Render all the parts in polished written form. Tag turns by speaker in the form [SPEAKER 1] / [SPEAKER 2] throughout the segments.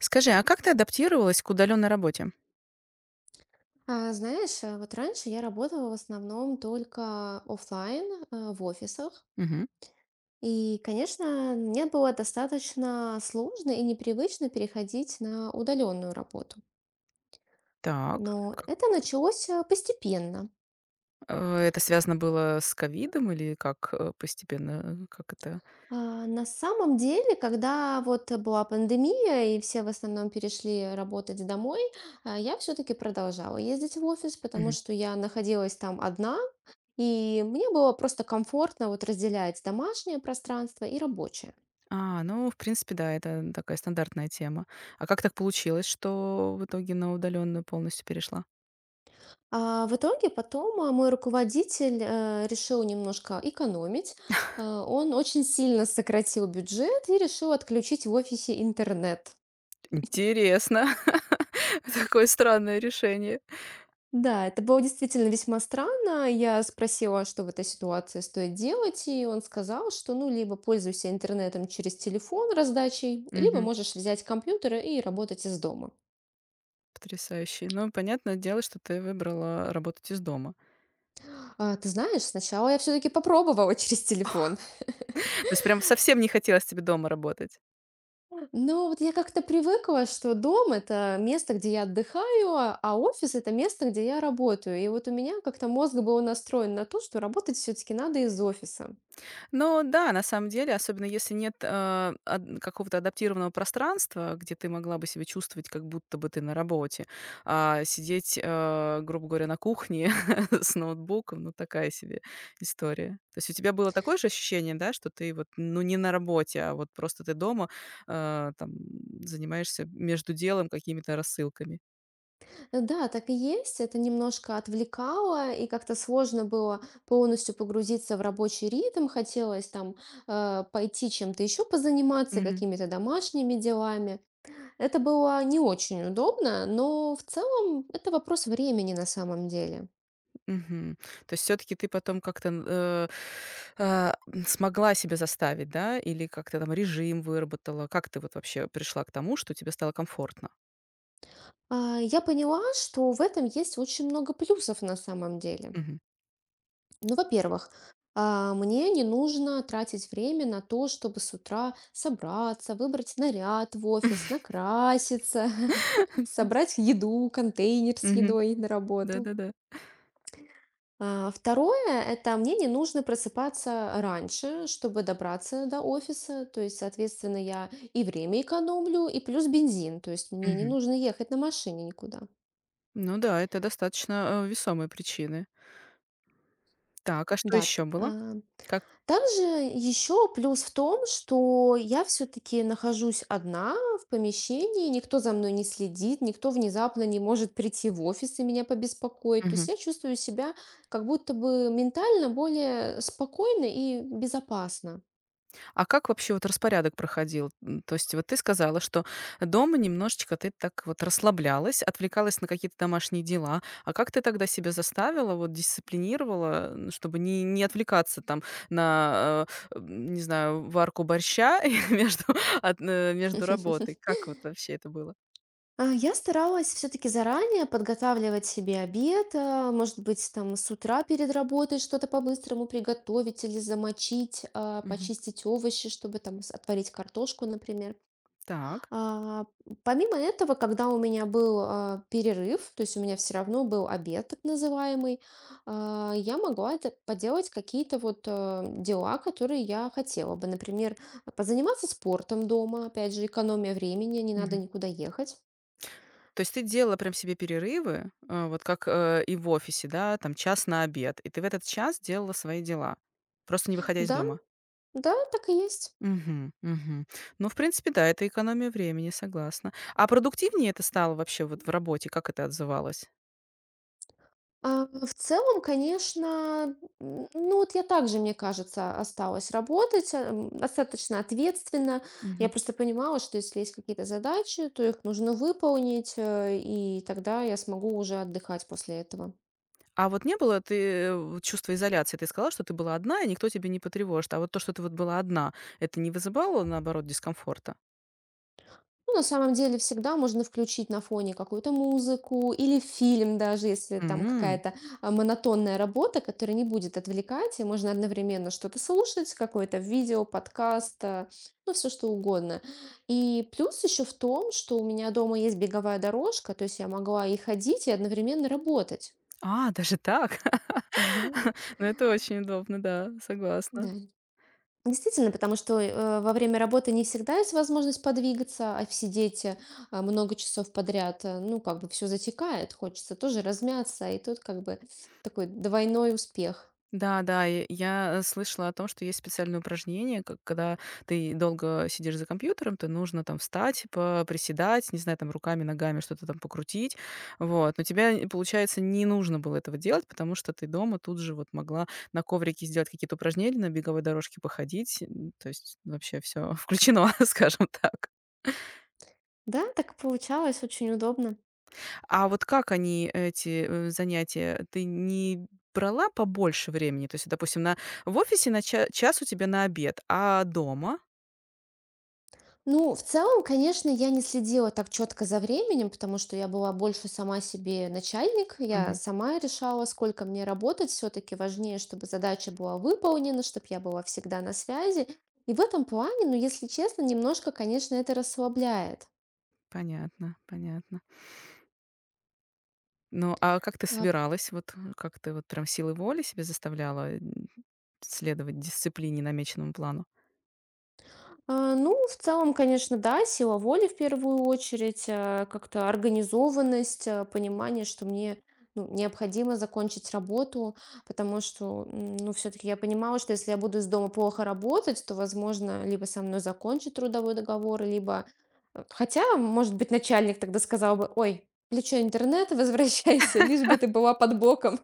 [SPEAKER 1] Скажи, а как ты адаптировалась к удаленной работе?
[SPEAKER 2] Вот раньше я работала в основном только оффлайн, в офисах.
[SPEAKER 1] Мгм.
[SPEAKER 2] И, конечно, мне было достаточно сложно и непривычно переходить на удаленную работу.
[SPEAKER 1] Так.
[SPEAKER 2] Но
[SPEAKER 1] Как,
[SPEAKER 2] это началось постепенно.
[SPEAKER 1] это связано было с ковидом, или как, постепенно, как это?
[SPEAKER 2] На самом деле, когда вот была пандемия и все в основном перешли работать домой, я все-таки продолжала ездить в офис, потому
[SPEAKER 1] Мгм.
[SPEAKER 2] что я находилась там одна. И мне было просто комфортно вот разделять домашнее пространство и рабочее.
[SPEAKER 1] Ну, в принципе, да, это такая стандартная тема. А как так получилось, что в итоге на удаленную полностью перешла?
[SPEAKER 2] А в итоге потом мой руководитель решил немножко экономить. Он очень сильно сократил бюджет и решил отключить в офисе интернет.
[SPEAKER 1] Интересно. Такое странное решение.
[SPEAKER 2] Да, это было действительно весьма странно. Я спросила, что в этой ситуации стоит делать, и он сказал, что ну либо пользуйся интернетом через телефон раздачей, либо
[SPEAKER 1] Мгм.
[SPEAKER 2] можешь взять компьютер и работать из дома.
[SPEAKER 1] Потрясающе. Ну, понятное дело, что ты выбрала работать из дома.
[SPEAKER 2] А, ты знаешь, сначала я все таки попробовала через телефон.
[SPEAKER 1] То есть прям совсем не хотелось тебе дома работать?
[SPEAKER 2] Но вот я как-то привыкла, что дом- это место, где я отдыхаю, а офис- это место, где я работаю. И вот у меня как-то мозг был настроен на то, что работать все таки надо из офиса.
[SPEAKER 1] Ну да, на самом деле, особенно если нет, а, ад какого-то адаптированного пространства, где ты могла бы себя чувствовать, как будто бы ты на работе. А сидеть, грубо говоря, на кухне с ноутбуком, ну, такая себе история. То есть у тебя было такое же ощущение, да, что ты вот, ну, не на работе, а вот просто ты дома, там, занимаешься между делом какими-то рассылками?
[SPEAKER 2] Да, так и есть. Это немножко отвлекало, и как-то сложно было полностью погрузиться в рабочий ритм. Хотелось там, пойти чем-то еще позаниматься, какими-то домашними делами. Это было не очень удобно, но в целом это вопрос времени на самом деле.
[SPEAKER 1] Мгм. То есть все таки ты потом как-то, н э, а, м, смогла себя заставить, да? Или как-то там режим выработала? Как ты вот вообще пришла к тому, что тебе стало комфортно?
[SPEAKER 2] Я поняла, что в этом есть очень много плюсов на самом деле.
[SPEAKER 1] Мгм.
[SPEAKER 2] Ну, во-первых, мне не нужно тратить время на то, чтобы с утра собраться, выбрать наряд в офис, накраситься, собрать еду, контейнер с
[SPEAKER 1] Мгм.
[SPEAKER 2] едой на работу.
[SPEAKER 1] Да-да-да.
[SPEAKER 2] Второе, это мне не нужно просыпаться раньше, чтобы добраться до офиса. То есть, соответственно, я и время экономлю, и плюс бензин. То есть мне не
[SPEAKER 1] Мгм.
[SPEAKER 2] нужно ехать на машине никуда.
[SPEAKER 1] Ну да, это достаточно, весомые причины. Так, а что
[SPEAKER 2] Да.
[SPEAKER 1] еще было?
[SPEAKER 2] а,
[SPEAKER 1] Как?
[SPEAKER 2] Также еще плюс в том, что я все-таки нахожусь одна в помещении, никто за мной не следит, никто внезапно не может прийти в офис и меня побеспокоить. То есть я чувствую себя как будто бы ментально более спокойно и безопасно.
[SPEAKER 1] А как вообще вот распорядок проходил? То есть вот ты сказала, что дома немножечко ты так вот расслаблялась, отвлекалась на какие-то домашние дела. А как ты тогда себя заставила, вот дисциплинировала, чтобы не отвлекаться там на, не знаю, варку борща и между работой? Как вот вообще это было?
[SPEAKER 2] Я старалась все-таки заранее подготавливать себе обед, может быть, там с утра перед работой что-то по-быстрому приготовить или замочить,
[SPEAKER 1] Мгм.
[SPEAKER 2] почистить овощи, чтобы там отварить картошку, например.
[SPEAKER 1] Так.
[SPEAKER 2] А, Помимо этого, когда у меня был перерыв, то есть у меня все равно был обед так называемый, я могла это поделать какие-то вот дела, которые я хотела бы. Например, позаниматься спортом дома, опять же, экономия времени, не надо
[SPEAKER 1] Мгм.
[SPEAKER 2] никуда ехать.
[SPEAKER 1] То есть ты делала прям себе перерывы, вот как и в офисе, да, там час на обед, и ты в этот час делала свои дела, просто не выходя из
[SPEAKER 2] Да,
[SPEAKER 1] дома.
[SPEAKER 2] Да, так и есть.
[SPEAKER 1] Мгм, мгм. Ну, в принципе, да, это экономия времени, согласна. А продуктивнее это стало вообще вот в работе? Как это отзывалось?
[SPEAKER 2] В целом, конечно, ну вот я также, мне кажется, осталась работать достаточно ответственно. Я
[SPEAKER 1] Мгм.
[SPEAKER 2] просто понимала, что если есть какие-то задачи, то их нужно выполнить, и тогда я смогу уже отдыхать после этого.
[SPEAKER 1] А вот не было вот чувства изоляции? Ты сказала, что ты была одна, и никто тебя не потревожит. А вот то, что ты вот была одна, это не вызывало, наоборот, дискомфорта?
[SPEAKER 2] Ну, на самом деле всегда можно включить на фоне какую-то музыку или фильм, даже если там
[SPEAKER 1] М.
[SPEAKER 2] какая-то монотонная работа, которая не будет отвлекать, и можно одновременно что-то слушать, какое-то видео, подкаст, ну, все что угодно. И плюс еще в том, что у меня дома есть беговая дорожка, то есть я могла и ходить, и одновременно работать.
[SPEAKER 1] А, даже так?
[SPEAKER 2] Ага,
[SPEAKER 1] Ну, это очень удобно, да, согласна.
[SPEAKER 2] да. Действительно, потому что, во время работы не всегда есть возможность подвигаться, а сидеть, много часов подряд, ну, как бы все затекает, хочется тоже размяться, и тут как бы такой двойной успех.
[SPEAKER 1] Да, да, и я, слышала о том, что есть специальные упражнения, как когда ты долго сидишь за компьютером, то нужно там встать, приседать, не знаю, там руками, ногами что-то там покрутить. Вот. Но тебе, получается, не нужно было этого делать, потому что ты дома тут же вот могла на коврике сделать какие-то упражнения, на беговой дорожке походить. То есть вообще все включено, скажем так.
[SPEAKER 2] Да, так получалось, очень удобно.
[SPEAKER 1] А вот как они, эти, занятия? Ты не брала побольше времени? То есть, допустим, на в офисе на ча час у тебя на обед, а дома?
[SPEAKER 2] Ну, в целом, конечно, я не следила так четко за временем, потому что я была больше сама себе начальник. Я
[SPEAKER 1] Мгм.
[SPEAKER 2] сама решала, сколько мне работать. Все-таки важнее, чтобы задача была выполнена, чтобы я была всегда на связи. И в этом плане, ну, если честно, немножко, конечно, это расслабляет.
[SPEAKER 1] Понятно, понятно. Ну, а как ты
[SPEAKER 2] А,
[SPEAKER 1] собиралась? Вот, как ты вот прям силой воли себе заставляла, следовать дисциплине, намеченному плану?
[SPEAKER 2] Ну, в целом, конечно, да, сила воли в первую очередь, как-то организованность, понимание, что мне ну, необходимо закончить работу, потому что, ну, все-таки я понимала, что если я буду из дома плохо работать, то, возможно, либо со мной закончат трудовой договор, либо... Хотя, может быть, начальник тогда сказал бы, ой, включай интернет, и возвращайся, лишь бы ты была под боком.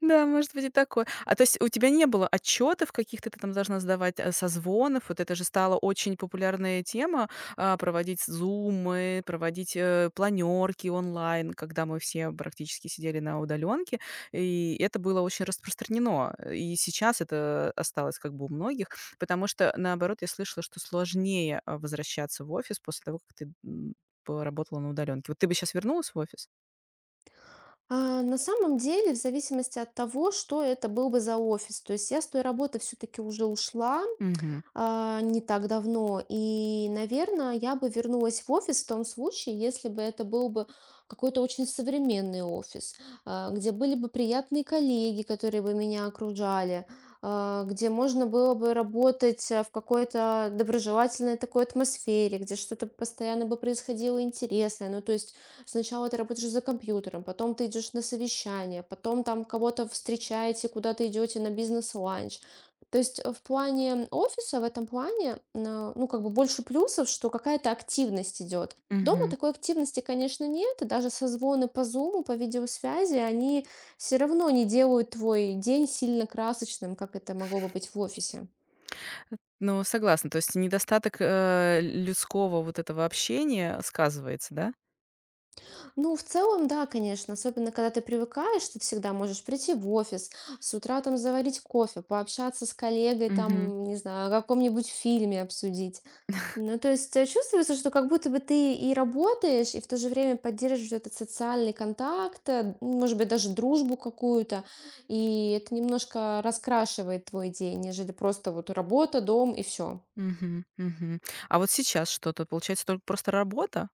[SPEAKER 1] Да, может быть и такое. А то есть у тебя не было отчетов каких-то, ты там должна сдавать, созвонов? Вот это же стала очень популярная тема, проводить зумы, проводить, планерки онлайн, когда мы все практически сидели на удаленке, и это было очень распространено. И сейчас это осталось как бы у многих, потому что, наоборот, я слышала, что сложнее, возвращаться в офис после того, как поработала на удаленке. Вот ты бы сейчас вернулась в офис?
[SPEAKER 2] На самом деле, в зависимости от того, что это был бы за офис. То есть я с той работы все-таки уже ушла,
[SPEAKER 1] Мгм.
[SPEAKER 2] не так давно. И, наверное, я бы вернулась в офис в том случае, если бы это был бы какой-то очень современный офис, где были бы приятные коллеги, которые бы меня окружали, где можно было бы работать в какой-то доброжелательной такой атмосфере, где что-то постоянно бы происходило интересное. Ну, то есть сначала ты работаешь за компьютером, потом ты идешь на совещание, потом там кого-то встречаете, куда-то идете на бизнес-ланч. То есть, в плане офиса, в этом плане, ну, как бы больше плюсов, что какая-то активность идет. Дома такой активности, конечно, нет, и даже созвоны по Zoom, по видеосвязи, они все равно не делают твой день сильно красочным, как это могло бы быть в офисе.
[SPEAKER 1] Ну, согласна. То есть недостаток, людского вот этого общения сказывается, да?
[SPEAKER 2] Ну, в целом, да, конечно. Особенно, когда ты привыкаешь, ты всегда можешь прийти в офис, с утра там заварить кофе, пообщаться с коллегой,
[SPEAKER 1] Мгм.
[SPEAKER 2] там, не знаю, о каком-нибудь фильме обсудить. Ну, то есть чувствуется, что как будто бы ты и работаешь, и в то же время поддерживаешь этот социальный контакт, может быть, даже дружбу какую-то, и это немножко раскрашивает твой день, нежели просто вот работа, дом и все.
[SPEAKER 1] Мгм. Мгм. А вот сейчас что-то, получается, только просто работа?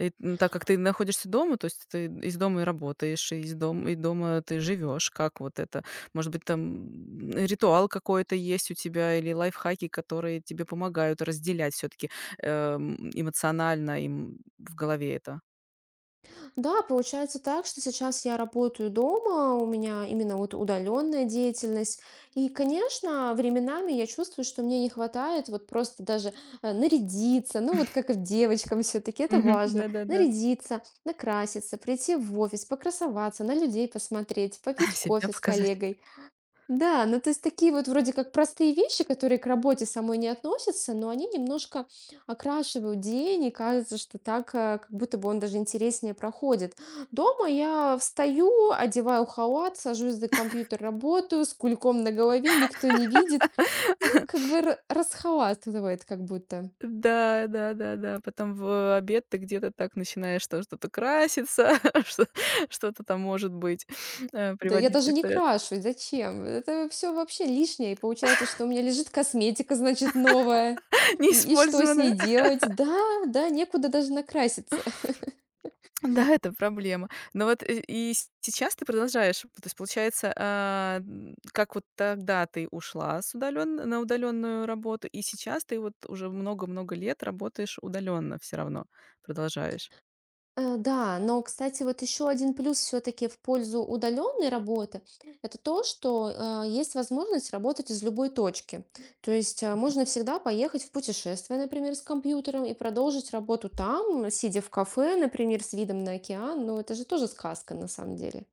[SPEAKER 1] Так как ты находишься дома, то есть ты из дома и работаешь, и из дома и дома ты живешь. Как вот это? Может быть, там, ритуал какой-то есть у тебя или лайфхаки, которые тебе помогают разделять все таки эмоционально им в голове это?
[SPEAKER 2] Да, получается так, что сейчас я работаю дома, у меня именно вот удаленная деятельность. И, конечно, временами я чувствую, что мне не хватает вот просто даже нарядиться, ну вот как и девочкам все-таки это
[SPEAKER 1] Мгм.
[SPEAKER 2] важно,
[SPEAKER 1] Да-да-да.
[SPEAKER 2] нарядиться, накраситься, прийти в офис, покрасоваться, на людей посмотреть, попить
[SPEAKER 1] Себя
[SPEAKER 2] кофе с
[SPEAKER 1] показать.
[SPEAKER 2] коллегой. Да, ну то есть такие вот вроде как простые вещи, которые к работе самой не относятся, но они немножко окрашивают день, и кажется, что так как будто бы он даже интереснее проходит. Дома я встаю, одеваю халат, сажусь за компьютер, работаю, с кульком на голове, никто не видит. Ну, как бы расхалатывает как будто.
[SPEAKER 1] Да, да, да, да. Потом в обед ты где-то так начинаешь там что-то краситься, что что-то там может быть,
[SPEAKER 2] Да я
[SPEAKER 1] приводить
[SPEAKER 2] даже
[SPEAKER 1] себя в
[SPEAKER 2] не
[SPEAKER 1] порядок.
[SPEAKER 2] крашу. Зачем? Это все вообще лишнее. И получается, что у меня лежит косметика, значит, новая. И что с ней
[SPEAKER 1] Неиспользованное.
[SPEAKER 2] делать? Да, да, некуда даже накраситься.
[SPEAKER 1] Да, это проблема. Но вот и с сейчас ты продолжаешь. То есть получается, а, н как вот тогда ты ушла с удален на удаленную работу, и сейчас ты вот уже много-много лет работаешь удаленно все равно, продолжаешь?
[SPEAKER 2] Да, но, кстати, вот еще один плюс все-таки в пользу удаленной работы, это то, что есть возможность работать из любой точки. То есть можно всегда поехать в путешествие, например, с компьютером и продолжить работу там, сидя в кафе, например, с видом на океан. Ну, это же тоже сказка на самом деле.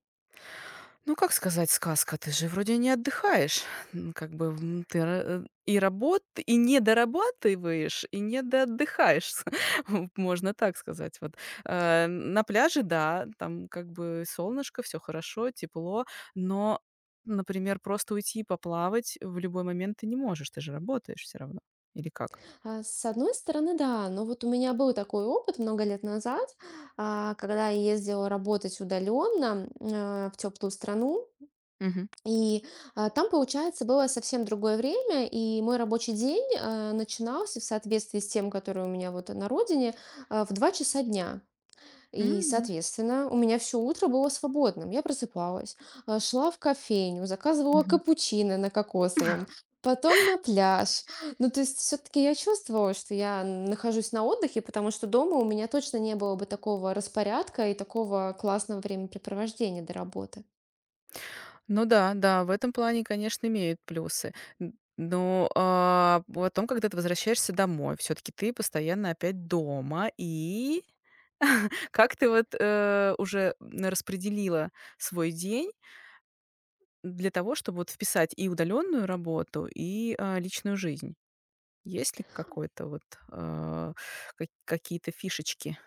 [SPEAKER 1] Ну, как сказать сказка? Ты же вроде не отдыхаешь. Как бы, ты ра э, и работ и не дорабатываешь, и не доотдыхаешь. Вот можно так сказать. Вот, на пляже, да, там как бы солнышко, все хорошо, тепло, но, например, просто уйти и поплавать в любой момент ты не можешь, ты же работаешь все равно. Или как?
[SPEAKER 2] С одной стороны, да, но вот у меня был такой опыт много лет назад, когда я ездила работать удаленно в теплую страну.
[SPEAKER 1] Мгм.
[SPEAKER 2] И, там, получается, было совсем другое время, и мой рабочий день, начинался в соответствии с тем, который у меня вот на родине, в 2 часа дня. И,
[SPEAKER 1] М.
[SPEAKER 2] соответственно, у меня все утро было свободным. Я просыпалась, шла в кофейню, заказывала
[SPEAKER 1] Мгм.
[SPEAKER 2] капучино на кокосовом, потом на пляж. Ну, то есть все таки я чувствовала, что я нахожусь на отдыхе, потому что дома у меня точно не было бы такого распорядка и такого классного времяпрепровождения до работы.
[SPEAKER 1] Ну да, да, в этом плане, конечно, имеют плюсы. Н но, а, потом, когда ты возвращаешься домой, все таки ты постоянно опять дома. И как ты вот, уже, распределила свой день для того, чтобы вот вписать и удаленную работу, и, личную жизнь? Есть ли какой-то вот, а, ка какие-то фишечки,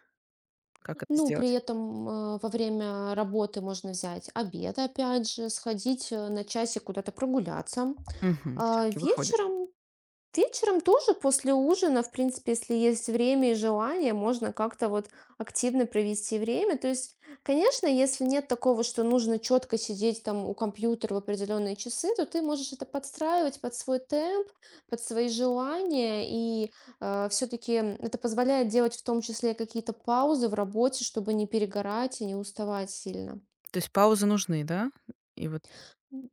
[SPEAKER 1] как это
[SPEAKER 2] Ну, при
[SPEAKER 1] сделать?
[SPEAKER 2] этом во время работы можно взять обед, опять же, сходить на часик куда-то прогуляться.
[SPEAKER 1] Все
[SPEAKER 2] А
[SPEAKER 1] таки выходишь.
[SPEAKER 2] вечером Вечером тоже после ужина, в принципе, если есть время и желание, можно как-то вот активно провести время. То есть, конечно, если нет такого, что нужно четко сидеть там у компьютера в определенные часы, то ты можешь это подстраивать под свой темп, под свои желания. И все-таки это позволяет делать в том числе какие-то паузы в работе, чтобы не перегорать и не уставать сильно.
[SPEAKER 1] То есть паузы нужны, да? И вот.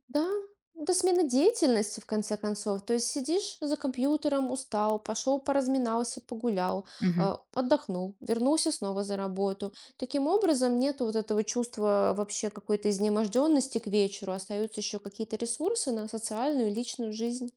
[SPEAKER 2] Да, это смена деятельности, в конце концов. То есть сидишь за компьютером, устал, пошел, поразминался, погулял, отдохнул, вернулся снова за работу. Таким образом, нет вот этого чувства вообще какой-то изнеможденности к вечеру. Остаются еще какие-то ресурсы на социальную и личную жизнь.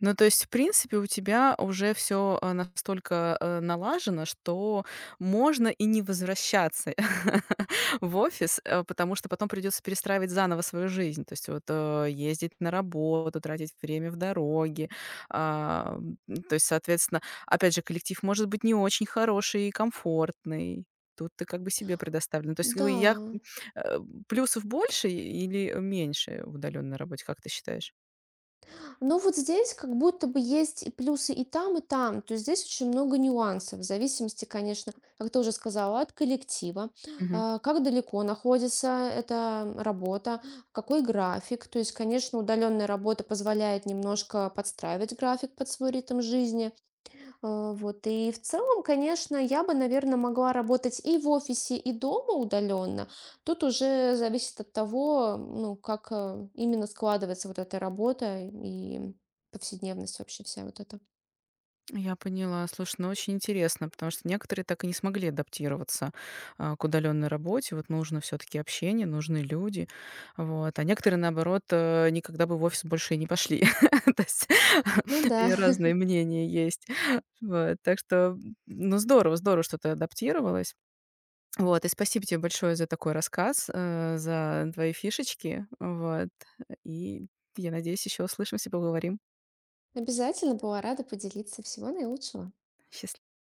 [SPEAKER 1] Ну, то есть, в принципе, у тебя уже все настолько, налажено, что можно и не возвращаться в офис, потому что потом придется перестраивать заново свою жизнь. То есть вот, ездить на работу, тратить время в дороге. А, м, То есть, соответственно, опять же, коллектив может быть не очень хороший и комфортный. Тут ты как бы себе предоставлен. То есть, ну,
[SPEAKER 2] Да.
[SPEAKER 1] э, плюсов больше или меньше в удалённой работе, как ты считаешь?
[SPEAKER 2] Ну, вот здесь как будто бы есть и плюсы и там, и там. То есть здесь очень много нюансов, в зависимости, конечно, как ты уже сказала, от коллектива, как далеко находится эта работа, какой график. То есть, конечно, удаленная работа позволяет немножко подстраивать график под свой ритм жизни. Вот. И в целом, конечно, я бы, наверное, могла работать и в офисе, и дома удаленно. Тут уже зависит от того, ну, как именно складывается вот эта работа и повседневность вообще вся вот эта.
[SPEAKER 1] Я поняла. Слушай, ну очень интересно, потому что некоторые так и не смогли адаптироваться, к удаленной работе. Вот нужно все таки общение, нужны люди. Вот. А некоторые, наоборот, никогда бы в офис больше и не пошли. То есть
[SPEAKER 2] Ну да,
[SPEAKER 1] и разные мнения есть. Вот. Так что, ну, здорово, здорово, что ты адаптировалась. Вот. И спасибо тебе большое за такой рассказ, за твои фишечки. Вот. И я надеюсь, еще услышимся, поговорим.
[SPEAKER 2] обязательно была рада поделиться. Всего наилучшего.
[SPEAKER 1] Счастливо.